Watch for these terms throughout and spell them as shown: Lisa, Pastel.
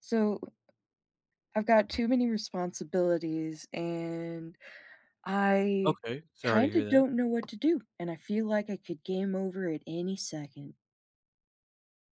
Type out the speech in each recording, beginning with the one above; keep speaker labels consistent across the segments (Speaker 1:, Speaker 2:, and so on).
Speaker 1: So I've got too many responsibilities and I
Speaker 2: Okay, sorry to
Speaker 1: kind
Speaker 2: hear
Speaker 1: of
Speaker 2: that.
Speaker 1: don't know what to do. And I feel like I could game over at any second.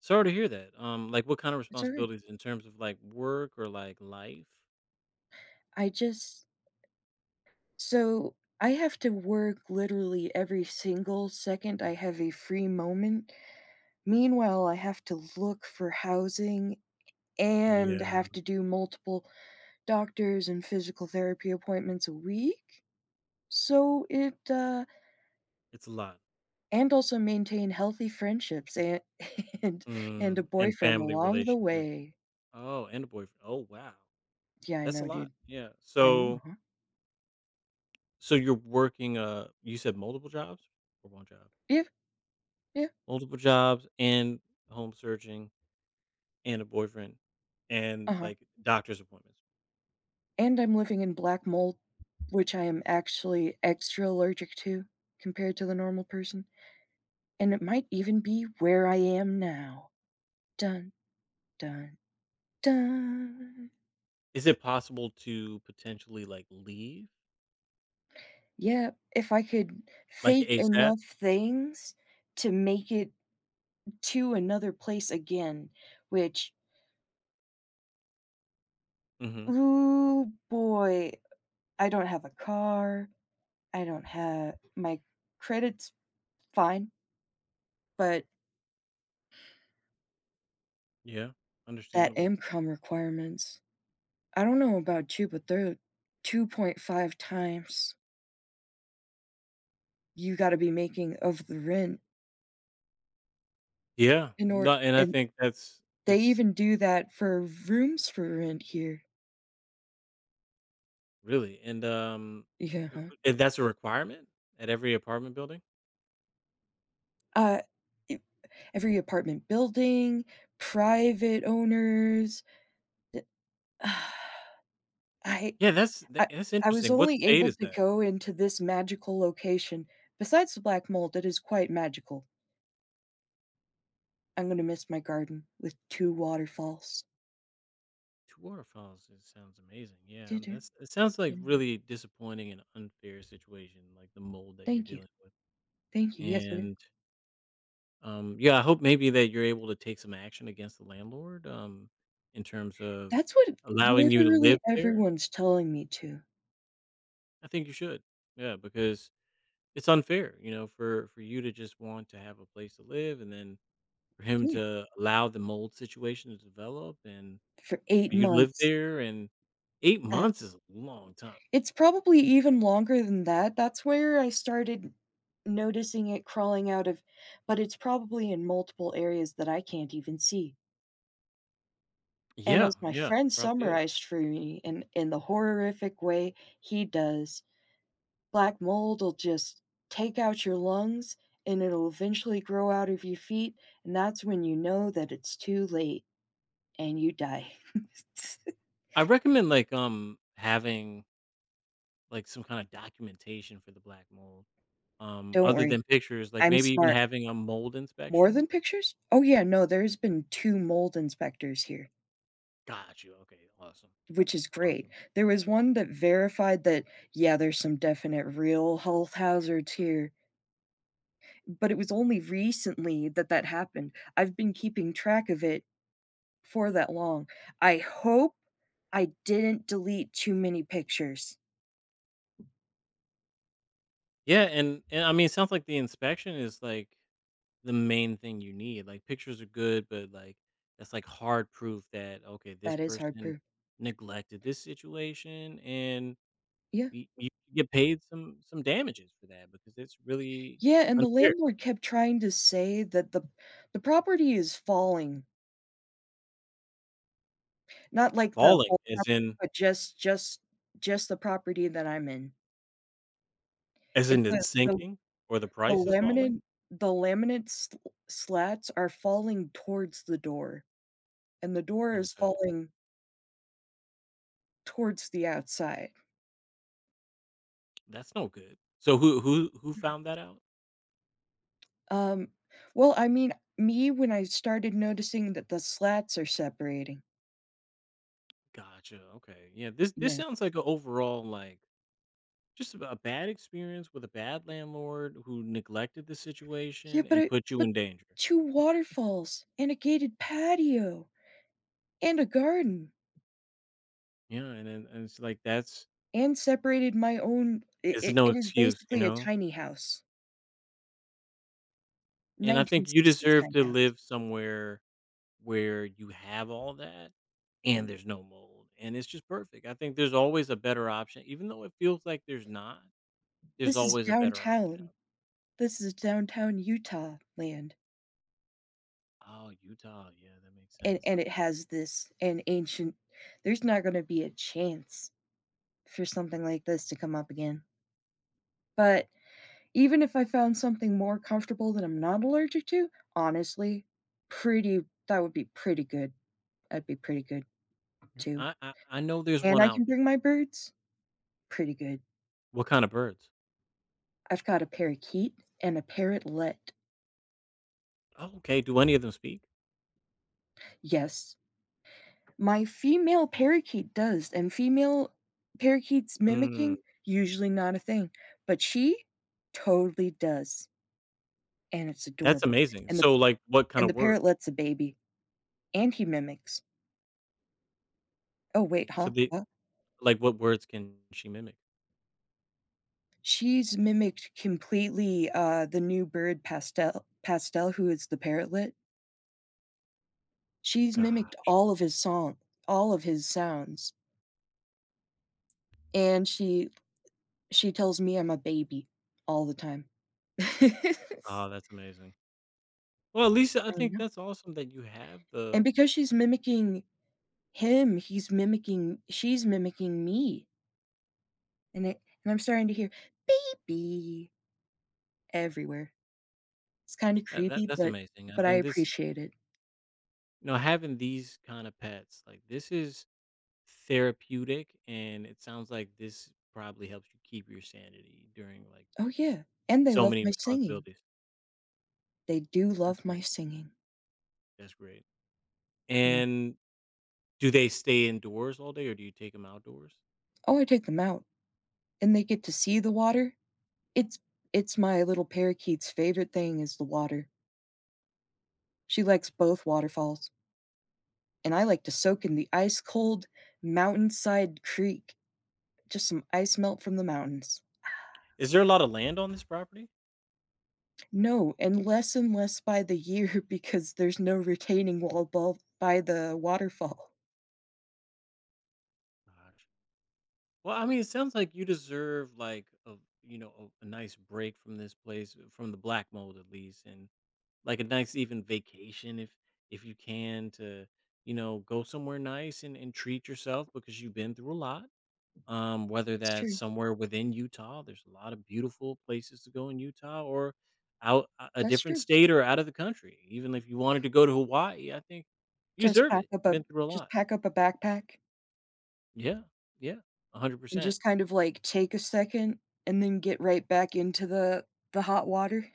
Speaker 2: Sorry to hear that. Like what kind of
Speaker 1: It's okay.
Speaker 2: responsibilities in terms of like work or like life?
Speaker 1: I just, so I have to work literally every single second I have a free moment. Meanwhile, I have to look for housing and
Speaker 2: Yeah.
Speaker 1: have to do multiple doctors and physical therapy appointments a week. So it, uh,
Speaker 2: It's a lot.
Speaker 1: And also maintain healthy friendships and and and a
Speaker 2: Mm, and
Speaker 1: boyfriend
Speaker 2: family
Speaker 1: along the
Speaker 2: relationships.
Speaker 1: way.
Speaker 2: Oh, and a boyfriend. Oh, wow.
Speaker 1: Yeah, I
Speaker 2: That's a
Speaker 1: know,
Speaker 2: lot.
Speaker 1: dude.
Speaker 2: Yeah.
Speaker 1: I know,
Speaker 2: So
Speaker 1: huh?
Speaker 2: so you're working you said multiple jobs or one job?
Speaker 1: Yeah, yeah,
Speaker 2: Multiple jobs and home searching and a boyfriend and
Speaker 1: uh-huh.
Speaker 2: like doctor's appointments.
Speaker 1: And I'm living in black mold, which I am actually extra allergic to compared to the normal person, and it might even be where I am now. Dun, dun, dun.
Speaker 2: Is it possible to potentially like leave
Speaker 1: Yeah, if I could
Speaker 2: like
Speaker 1: fake
Speaker 2: ASAP?
Speaker 1: enough things to make it to another place again, which...
Speaker 2: Mhm.
Speaker 1: Ooh, boy. I don't have a car. I don't have my credit's fine, but
Speaker 2: Yeah.
Speaker 1: that
Speaker 2: Understandable.
Speaker 1: income requirements, I don't know about you, but they're 2.5 times you gotta be making of the rent
Speaker 2: Yeah.
Speaker 1: in
Speaker 2: No,
Speaker 1: order,
Speaker 2: and I
Speaker 1: and
Speaker 2: think that's
Speaker 1: they
Speaker 2: it's
Speaker 1: even do that for rooms for rent here.
Speaker 2: really and
Speaker 1: Yeah,
Speaker 2: uh,
Speaker 1: huh.
Speaker 2: that's a requirement at every apartment building?
Speaker 1: Uh, e Every apartment building, private owners, the I
Speaker 2: Yeah,
Speaker 1: I
Speaker 2: that's
Speaker 1: I was
Speaker 2: interesting. What
Speaker 1: only
Speaker 2: state
Speaker 1: able
Speaker 2: is
Speaker 1: to
Speaker 2: that?
Speaker 1: go into this magical location. Besides the black mold, that is quite magical, I'm gonna miss my garden with 2 waterfalls.
Speaker 2: Two waterfalls. It sounds amazing. Yeah,
Speaker 1: Do-do,
Speaker 2: that's it sounds like
Speaker 1: do-do.
Speaker 2: really disappointing and unfair situation, like the mold that you're
Speaker 1: Thank you,
Speaker 2: dealing with.
Speaker 1: thank you, yes, it is.
Speaker 2: And yeah, I hope maybe that you're able to take some action against the landlord in terms of
Speaker 1: That's what
Speaker 2: allowing you to
Speaker 1: literally
Speaker 2: live there.
Speaker 1: everyone's telling me to.
Speaker 2: I think you should. Yeah, because it's unfair, you know, for you to just want to have a place to live and then for him
Speaker 1: Yeah,
Speaker 2: to allow the mold situation to develop and
Speaker 1: for 8
Speaker 2: for you to live
Speaker 1: months.
Speaker 2: there and 8
Speaker 1: Uh,
Speaker 2: months is a long time.
Speaker 1: it's probably even longer than that, that's where I started noticing it crawling out of, but it's probably in multiple areas that I can't even see. And
Speaker 2: Yeah,
Speaker 1: as my
Speaker 2: yeah,
Speaker 1: friend
Speaker 2: probably is.
Speaker 1: summarized for me in the horrific way he does, black mold'll just take out your lungs, and it'll eventually grow out of your feet, and that's when you know that it's too late and you die.
Speaker 2: I recommend like having like some kind of documentation for the black mold.
Speaker 1: Don't
Speaker 2: Other
Speaker 1: worry,
Speaker 2: than pictures, like
Speaker 1: I'm
Speaker 2: maybe even
Speaker 1: smart.
Speaker 2: having a mold
Speaker 1: More
Speaker 2: inspection.
Speaker 1: than pictures? Oh, yeah, no, there's been 2 mold inspectors here,
Speaker 2: Got you. Okay, awesome.
Speaker 1: which is great.
Speaker 2: Awesome.
Speaker 1: There was one that verified that, yeah, there's some definite real health hazards here. But it was only recently that that happened. I've been keeping track of it for that long. I hope I didn't delete too many pictures.
Speaker 2: Yeah, and I mean it sounds like the inspection is like the main thing you need, like, pictures are good, but, like, that's, like, hard proof that, okay, this
Speaker 1: That is hard
Speaker 2: person
Speaker 1: proof.
Speaker 2: neglected this situation, and
Speaker 1: Yeah.
Speaker 2: y you get paid some damages for that because it's really
Speaker 1: Yeah, and the
Speaker 2: unfair.
Speaker 1: landlord kept trying to say that the property is falling, not like the
Speaker 2: Falling
Speaker 1: whole property, but just just the property that I'm in.
Speaker 2: as
Speaker 1: It
Speaker 2: in it's
Speaker 1: the
Speaker 2: sinking or the
Speaker 1: the
Speaker 2: price is falling?
Speaker 1: laminate laminate sl slats are falling towards the door, and the door is
Speaker 2: Okay,
Speaker 1: falling towards the outside.
Speaker 2: that's no good. So who found that out?
Speaker 1: Um, well, I mean, me when I started noticing that the slats are separating.
Speaker 2: Gotcha, okay. Yeah, this
Speaker 1: Yeah.
Speaker 2: sounds like an overall, like just a bad experience with a bad landlord who neglected the
Speaker 1: Yeah,
Speaker 2: situation
Speaker 1: but
Speaker 2: and
Speaker 1: I
Speaker 2: put you
Speaker 1: but
Speaker 2: in danger.
Speaker 1: 2 waterfalls and a gated patio and a garden
Speaker 2: Yeah, and then and it's like that's
Speaker 1: and separated my own, it
Speaker 2: it's
Speaker 1: it
Speaker 2: no
Speaker 1: it is
Speaker 2: excuse, you
Speaker 1: basically a
Speaker 2: know?
Speaker 1: tiny house,
Speaker 2: And I think you
Speaker 1: 1960s
Speaker 2: deserve
Speaker 1: tiny
Speaker 2: to
Speaker 1: house.
Speaker 2: live somewhere where you have all that and there's no mold and it's just perfect. I think there's always a better option. Even though it feels like there's not, there's
Speaker 1: This is
Speaker 2: always a better option.
Speaker 1: downtown. This is downtown Utah land,
Speaker 2: Oh, Utah. Yeah, that makes sense.
Speaker 1: and it has this an ancient there's not gonna be a chance for something like this to come up again. But even if I found something more comfortable that I'm not allergic to, honestly, pretty that would be pretty good. That'd be pretty good
Speaker 2: Yeah.
Speaker 1: too.
Speaker 2: I know there's
Speaker 1: And
Speaker 2: one
Speaker 1: I
Speaker 2: out
Speaker 1: can
Speaker 2: there.
Speaker 1: bring my birds? Pretty good.
Speaker 2: What kind of birds?
Speaker 1: I've got a parakeet and a parrotlet.
Speaker 2: Oh, okay. Do any of them speak?
Speaker 1: Yes, my female parakeet does, and female parakeets
Speaker 2: Mm.
Speaker 1: mimicking, usually not a thing, but she totally does, and it's
Speaker 2: That's
Speaker 1: adorable.
Speaker 2: amazing.
Speaker 1: And the
Speaker 2: So, like, what kind
Speaker 1: and
Speaker 2: of
Speaker 1: the
Speaker 2: word?
Speaker 1: parrotlet's a baby, and he mimics. Oh wait, huh?
Speaker 2: So they
Speaker 1: What?
Speaker 2: like, what words can she mimic?
Speaker 1: She's mimicked completely, the new bird Pastel. Pastel, who is the parrotlet. She's mimicked
Speaker 2: Gotcha.
Speaker 1: all of his sounds, and she tells me I'm a baby all the time. I
Speaker 2: Oh, that's amazing. Well, Lisa, I think
Speaker 1: know.
Speaker 2: that's awesome that you have
Speaker 1: And
Speaker 2: the
Speaker 1: because she's mimicking him, he's mimicking she's mimicking me, and it and I'm starting to hear "baby" everywhere. It's kinda
Speaker 2: that that
Speaker 1: creepy,
Speaker 2: that's amazing. I
Speaker 1: but I
Speaker 2: think this
Speaker 1: appreciate it.
Speaker 2: you know, having these kind of pets, like, this is therapeutic, and it sounds like this probably helps you keep your sanity during, like,
Speaker 1: Oh, yeah, and they
Speaker 2: so
Speaker 1: love
Speaker 2: many
Speaker 1: my singing.
Speaker 2: responsibilities.
Speaker 1: They do
Speaker 2: That's
Speaker 1: love
Speaker 2: great.
Speaker 1: my singing,
Speaker 2: That's great.
Speaker 1: I know.
Speaker 2: And do they stay indoors all day, or do you take them outdoors?
Speaker 1: Oh, I take them out, and they get to see the water. It's it's my little parakeet's favorite thing is the water. She likes both waterfalls, and I like to soak in the ice-cold mountainside creek, just some ice melt from the mountains.
Speaker 2: Is there a lot of land on this property?
Speaker 1: No, and less by the year because there's no retaining wall above by the waterfall.
Speaker 2: Gotcha. Well, I mean, it sounds like you deserve like a you know a nice break from this place, from the black mold at least, and like a nice even vacation if you can to you know go somewhere nice and treat yourself because you've been through a lot. Whether
Speaker 1: It's
Speaker 2: that's
Speaker 1: true.
Speaker 2: somewhere within Utah, there's a lot of beautiful places to go in Utah, or out a
Speaker 1: That's
Speaker 2: different
Speaker 1: true.
Speaker 2: state or out of the country. Even if you wanted to go to Hawaii, I think you
Speaker 1: Just
Speaker 2: deserve
Speaker 1: pack
Speaker 2: it.
Speaker 1: up
Speaker 2: You've
Speaker 1: a
Speaker 2: been through a
Speaker 1: just
Speaker 2: lot.
Speaker 1: pack up a backpack
Speaker 2: Yeah, yeah, hundred
Speaker 1: and
Speaker 2: percent.
Speaker 1: just kind of, like, take a second and then get right back into the hot water.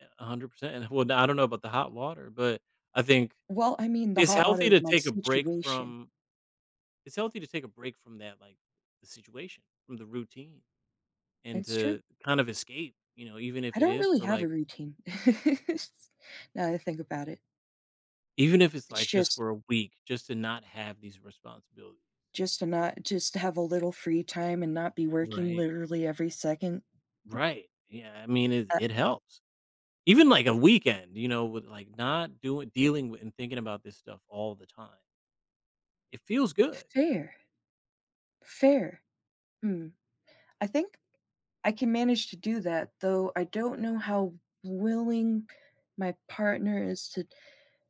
Speaker 2: Yeah, 100%, and well, I don't know about the hot water, but I think
Speaker 1: Well, I mean, the
Speaker 2: it's
Speaker 1: hot water
Speaker 2: healthy
Speaker 1: of
Speaker 2: to
Speaker 1: my
Speaker 2: take a break
Speaker 1: situation.
Speaker 2: from it's healthy to take a break from that, like, the situation, from the routine, and
Speaker 1: It's true.
Speaker 2: to kind of escape, you know, even
Speaker 1: I
Speaker 2: if it
Speaker 1: don't
Speaker 2: is
Speaker 1: really
Speaker 2: for,
Speaker 1: have a
Speaker 2: like
Speaker 1: routine. Now that I think about it.
Speaker 2: even if it's,
Speaker 1: It's
Speaker 2: like, just for a week, just to not have these responsibilities.
Speaker 1: just to not Just to have a little free time and not be working
Speaker 2: Right.
Speaker 1: literally every second.
Speaker 2: Right. Yeah, I mean, it
Speaker 1: Uh,
Speaker 2: it helps. Even, like, a weekend, you know, with, like, not doing dealing with and thinking about this stuff all the time. It feels good.
Speaker 1: fair, fair. Hmm. I think I can manage to do that, though I don't know how willing my partner is to.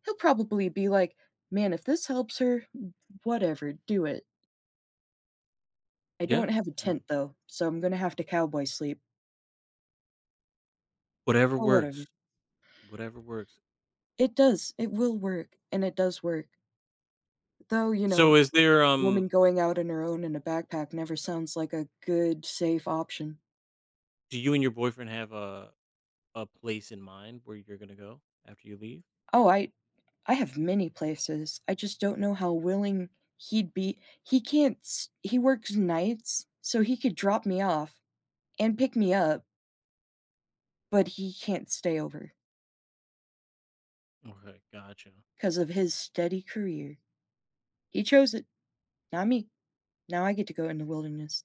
Speaker 1: He'll probably be like, "Man, if this helps her, whatever, do it. I don't
Speaker 2: Yeah,
Speaker 1: have a
Speaker 2: and
Speaker 1: tent though, so I'm gonna have to cowboy sleep,
Speaker 2: whatever
Speaker 1: but whatever."
Speaker 2: works. Whatever works.
Speaker 1: It does, it will work, and it does work. Though, you
Speaker 2: So
Speaker 1: know,
Speaker 2: is there
Speaker 1: woman going out on her own in a backpack never sounds like a good, safe option.
Speaker 2: do you and your boyfriend have a place in mind where you're gonna go after you leave?
Speaker 1: Oh, I I have many places, I just don't know how willing he'd be. He can't s He works nights, so he could drop me off and pick me up, but he can't stay over.
Speaker 2: Okay, gotcha.
Speaker 1: 'Cause of his steady career. He chose it, not me. Now I get to go in the wilderness.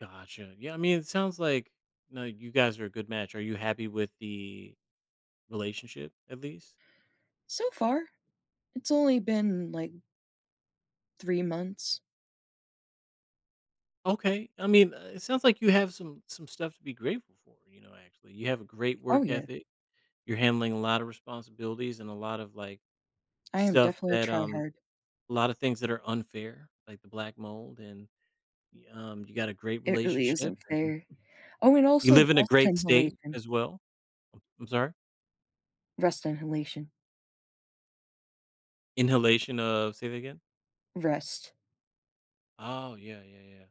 Speaker 2: Gotcha. Yeah, I mean it sounds like no, you guys are a good match. Are you happy with the relationship at least?
Speaker 1: So far, it's only been, like, 3 months.
Speaker 2: Okay. I mean, it sounds like you have some stuff to be grateful for, you know, actually. You have a great
Speaker 1: Oh,
Speaker 2: work
Speaker 1: yeah.
Speaker 2: ethic. You're handling a lot of responsibilities and a lot of like
Speaker 1: I am
Speaker 2: stuff
Speaker 1: definitely a
Speaker 2: that
Speaker 1: tryhard.
Speaker 2: a lot of things that are unfair, like the black mold and you got a great
Speaker 1: It really
Speaker 2: relationship
Speaker 1: isn't fair. Oh, and
Speaker 2: You
Speaker 1: also
Speaker 2: live in a
Speaker 1: rust
Speaker 2: great state
Speaker 1: inhalation.
Speaker 2: as well? I'm sorry?
Speaker 1: Rust inhalation.
Speaker 2: Inhalation of say that again?
Speaker 1: Rust.
Speaker 2: Oh, yeah, yeah, yeah.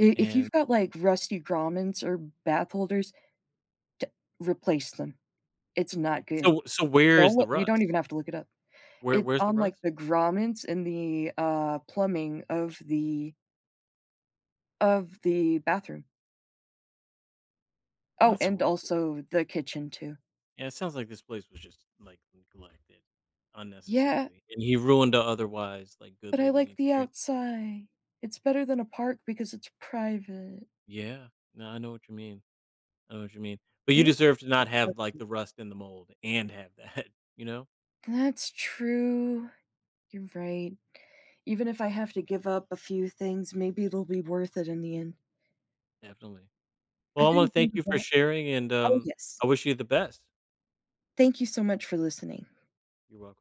Speaker 1: I if
Speaker 2: And
Speaker 1: you've got, like, rusty grommets or bath holders, d replace them. It's not good.
Speaker 2: so where
Speaker 1: Don't
Speaker 2: is
Speaker 1: loo
Speaker 2: the
Speaker 1: You don't
Speaker 2: rust?
Speaker 1: even have to look it up. It's
Speaker 2: Where's the
Speaker 1: on, like,
Speaker 2: rust?
Speaker 1: the grommets and the, plumbing of the bathroom. Oh,
Speaker 2: That's
Speaker 1: and
Speaker 2: horrible.
Speaker 1: also the kitchen too.
Speaker 2: Yeah, it sounds like this place was just, like, neglected
Speaker 1: "Yeah,
Speaker 2: unnecessarily, and he ruined a otherwise, like, good
Speaker 1: but I
Speaker 2: living
Speaker 1: like the
Speaker 2: experience.
Speaker 1: outside. It's better than a park because it's private."
Speaker 2: Yeah. No, I know what you mean. I know what you mean. But you
Speaker 1: Didn't
Speaker 2: deserve to
Speaker 1: I-
Speaker 2: not have,
Speaker 1: Let's
Speaker 2: like,
Speaker 1: see.
Speaker 2: the rust in the mold and have that, you know?
Speaker 1: That's true. You're right. Even if I have to give up a few things, maybe it'll be worth it in the end.
Speaker 2: Definitely.
Speaker 1: I
Speaker 2: Well, I wanna
Speaker 1: couldn't
Speaker 2: thank
Speaker 1: think of
Speaker 2: you for
Speaker 1: what
Speaker 2: sharing, and,
Speaker 1: Oh, yes.
Speaker 2: I wish you the best.
Speaker 1: Thank you so much for listening.
Speaker 2: You're welcome.